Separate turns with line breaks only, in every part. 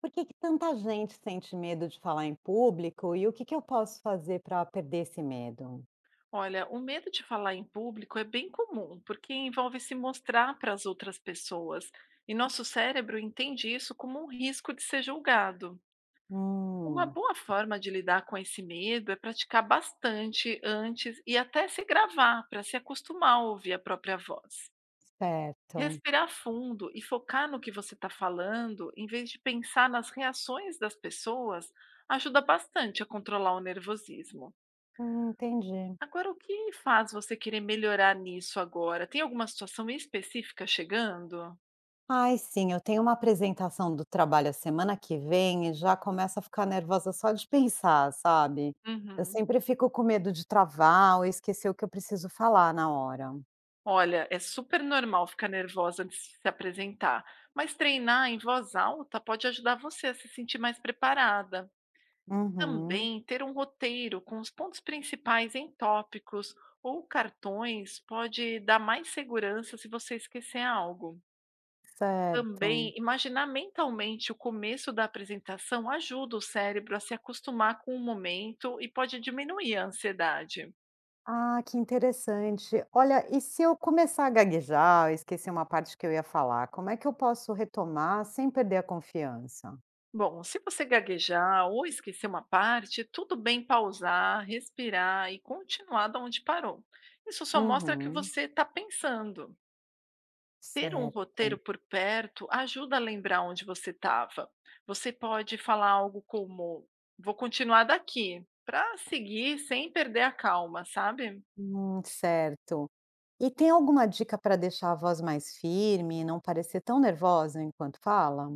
Por que que tanta gente sente medo de falar em público e o que que eu posso fazer para perder esse medo?
Olha, o medo de falar em público é bem comum, porque envolve se mostrar para as outras pessoas, e nosso cérebro entende isso como um risco de ser julgado. Uma
Hum,
boa forma de lidar com esse medo é praticar bastante antes e até se gravar para se acostumar a ouvir a própria voz.
certo.
Respirar fundo e focar no que você está falando, em vez de pensar nas reações das pessoas, ajuda bastante a controlar o nervosismo.
Entendi.
Agora, o que faz você querer melhorar nisso agora? Tem alguma situação específica chegando?
Ai, sim, eu tenho uma apresentação do trabalho a semana que vem e já começo a ficar nervosa só de pensar, sabe? Eu
Uhum.
sempre fico com medo de travar ou esquecer o que eu preciso falar na hora.
Olha, é super normal ficar nervosa antes de se apresentar, mas treinar em voz alta pode ajudar você a se sentir mais preparada.
Uhum,
Também ter um roteiro com os pontos principais em tópicos ou cartões pode dar mais segurança se você esquecer algo.
certo.
Também, imaginar mentalmente o começo da apresentação ajuda o cérebro a se acostumar com o momento e pode diminuir a ansiedade.
Ah, que interessante. Olha, e se eu começar a gaguejar, esquecer uma parte que eu ia falar, como é que eu posso retomar sem perder a confiança?
Bom, se você gaguejar ou esquecer uma parte, tudo bem pausar, respirar e continuar de onde parou. Isso só mostra que
Uhum,
você está pensando. Ter um
certo.
roteiro por perto ajuda a lembrar onde você estava. Você pode falar algo como: vou continuar daqui, para seguir sem perder a calma, sabe?
Certo. E tem alguma dica para deixar a voz mais firme e não parecer tão nervosa enquanto fala?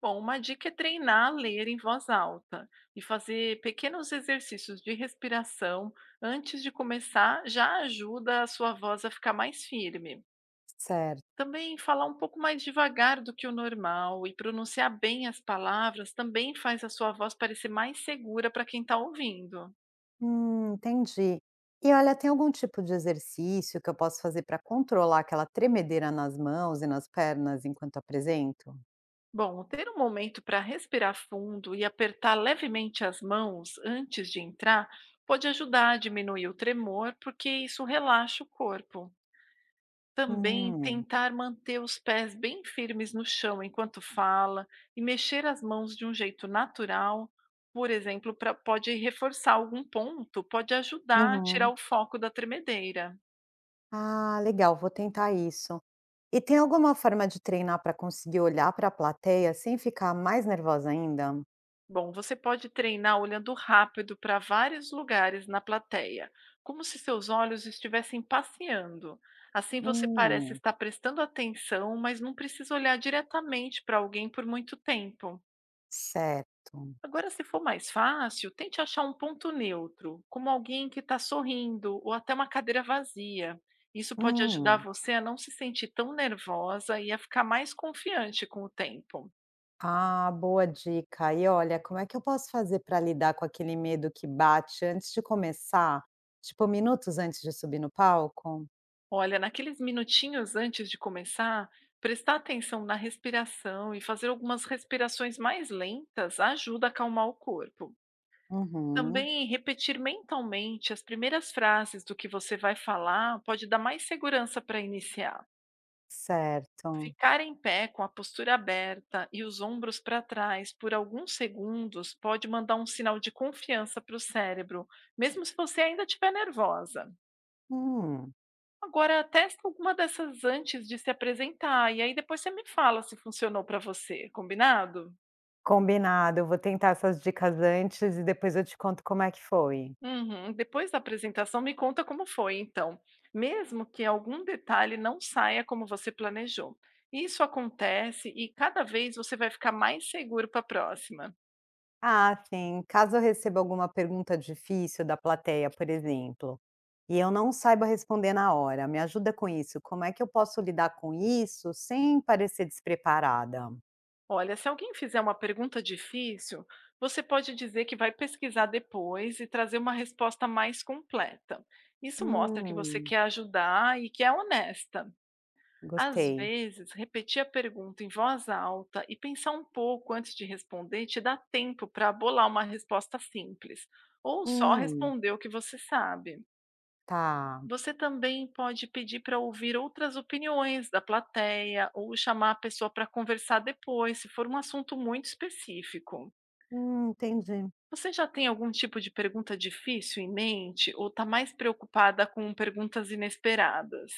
Bom, uma dica é treinar a ler em voz alta e fazer pequenos exercícios de respiração antes de começar já ajuda a sua voz a ficar mais firme.
Certo.
Também falar um pouco mais devagar do que o normal e pronunciar bem as palavras também faz a sua voz parecer mais segura para quem está ouvindo.
Entendi. E olha, tem algum tipo de exercício que eu posso fazer para controlar aquela tremedeira nas mãos e nas pernas enquanto apresento?
Bom, ter um momento para respirar fundo e apertar levemente as mãos antes de entrar pode ajudar a diminuir o tremor, porque isso relaxa o corpo. Também
Hum,
tentar manter os pés bem firmes no chão enquanto fala e mexer as mãos de um jeito natural, por exemplo, pra pode reforçar algum ponto, pode ajudar a tirar
uhum.
o foco da tremedeira.
Ah, legal, vou tentar isso. E tem alguma forma de treinar para conseguir olhar para a plateia sem ficar mais nervosa ainda?
Bom, você pode treinar olhando rápido para vários lugares na plateia, como se seus olhos estivessem passeando. Assim você parece
Hum,
estar prestando atenção, mas não precisa olhar diretamente para alguém por muito tempo.
certo.
Agora, se for mais fácil, tente achar um ponto neutro, como alguém que está sorrindo ou até uma cadeira vazia. Isso pode ajudar
Hum.
você a não se sentir tão nervosa e a ficar mais confiante com o tempo.
Ah, boa dica. E olha, como é que eu posso fazer para lidar com aquele medo que bate antes de começar? Tipo, minutos antes de subir no palco?
Olha, naqueles minutinhos antes de começar, prestar atenção na respiração e fazer algumas respirações mais lentas ajuda a acalmar o corpo.
Uhum,
Também repetir mentalmente as primeiras frases do que você vai falar pode dar mais segurança para iniciar.
certo.
Ficar em pé com a postura aberta e os ombros para trás por alguns segundos pode mandar um sinal de confiança para o cérebro, mesmo se você ainda estiver nervosa.
Hum,
Agora, testa alguma dessas antes de se apresentar e aí depois você me fala se funcionou para você, combinado?
combinado. Eu vou tentar essas dicas antes e depois eu te conto como é que foi.
Uhum. Depois da apresentação, me conta como foi, então, mesmo que algum detalhe não saia como você planejou. Isso acontece e cada vez você vai ficar mais seguro para a próxima.
Ah, sim. Caso eu receba alguma pergunta difícil da plateia, por exemplo, e eu não saiba responder na hora, me ajuda com isso. Como é que eu posso lidar com isso sem parecer despreparada?
Olha, se alguém fizer uma pergunta difícil, você pode dizer que vai pesquisar depois e trazer uma resposta mais completa. Isso mostra que você
Hum,
quer ajudar e que é honesta. Às
gostei.
vezes, repetir a pergunta em voz alta e pensar um pouco antes de responder te dá tempo para bolar uma resposta simples, ou só
Hum,
responder o que você sabe.
tá.
Você também pode pedir para ouvir outras opiniões da plateia ou chamar a pessoa para conversar depois, se for um assunto muito específico.
Entendi.
Você já tem algum tipo de pergunta difícil em mente ou está mais preocupada com perguntas inesperadas?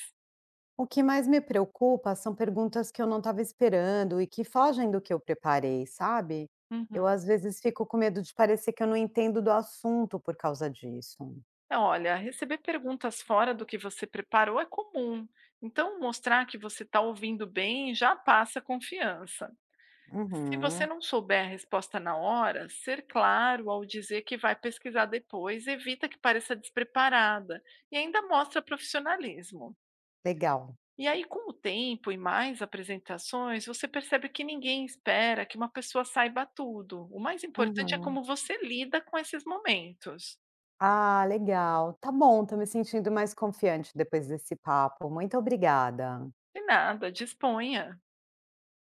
O que mais me preocupa são perguntas que eu não estava esperando e que fogem do que eu preparei, sabe? Eu
Uhum.
às vezes fico com medo de parecer que eu não entendo do assunto por causa disso.
É, olha, receber perguntas fora do que você preparou é comum, então mostrar que você está ouvindo bem já passa confiança. Se você
Uhum,
não souber a resposta na hora, ser claro ao dizer que vai pesquisar depois evita que pareça despreparada e ainda mostra profissionalismo.
legal.
E aí, com o tempo e mais apresentações, você percebe que ninguém espera que uma pessoa saiba tudo. O mais importante é
Uhum.
como você lida com esses momentos.
Ah, legal. Tá bom, estou me sentindo mais confiante depois desse papo. Muito obrigada.
E nada, disponha.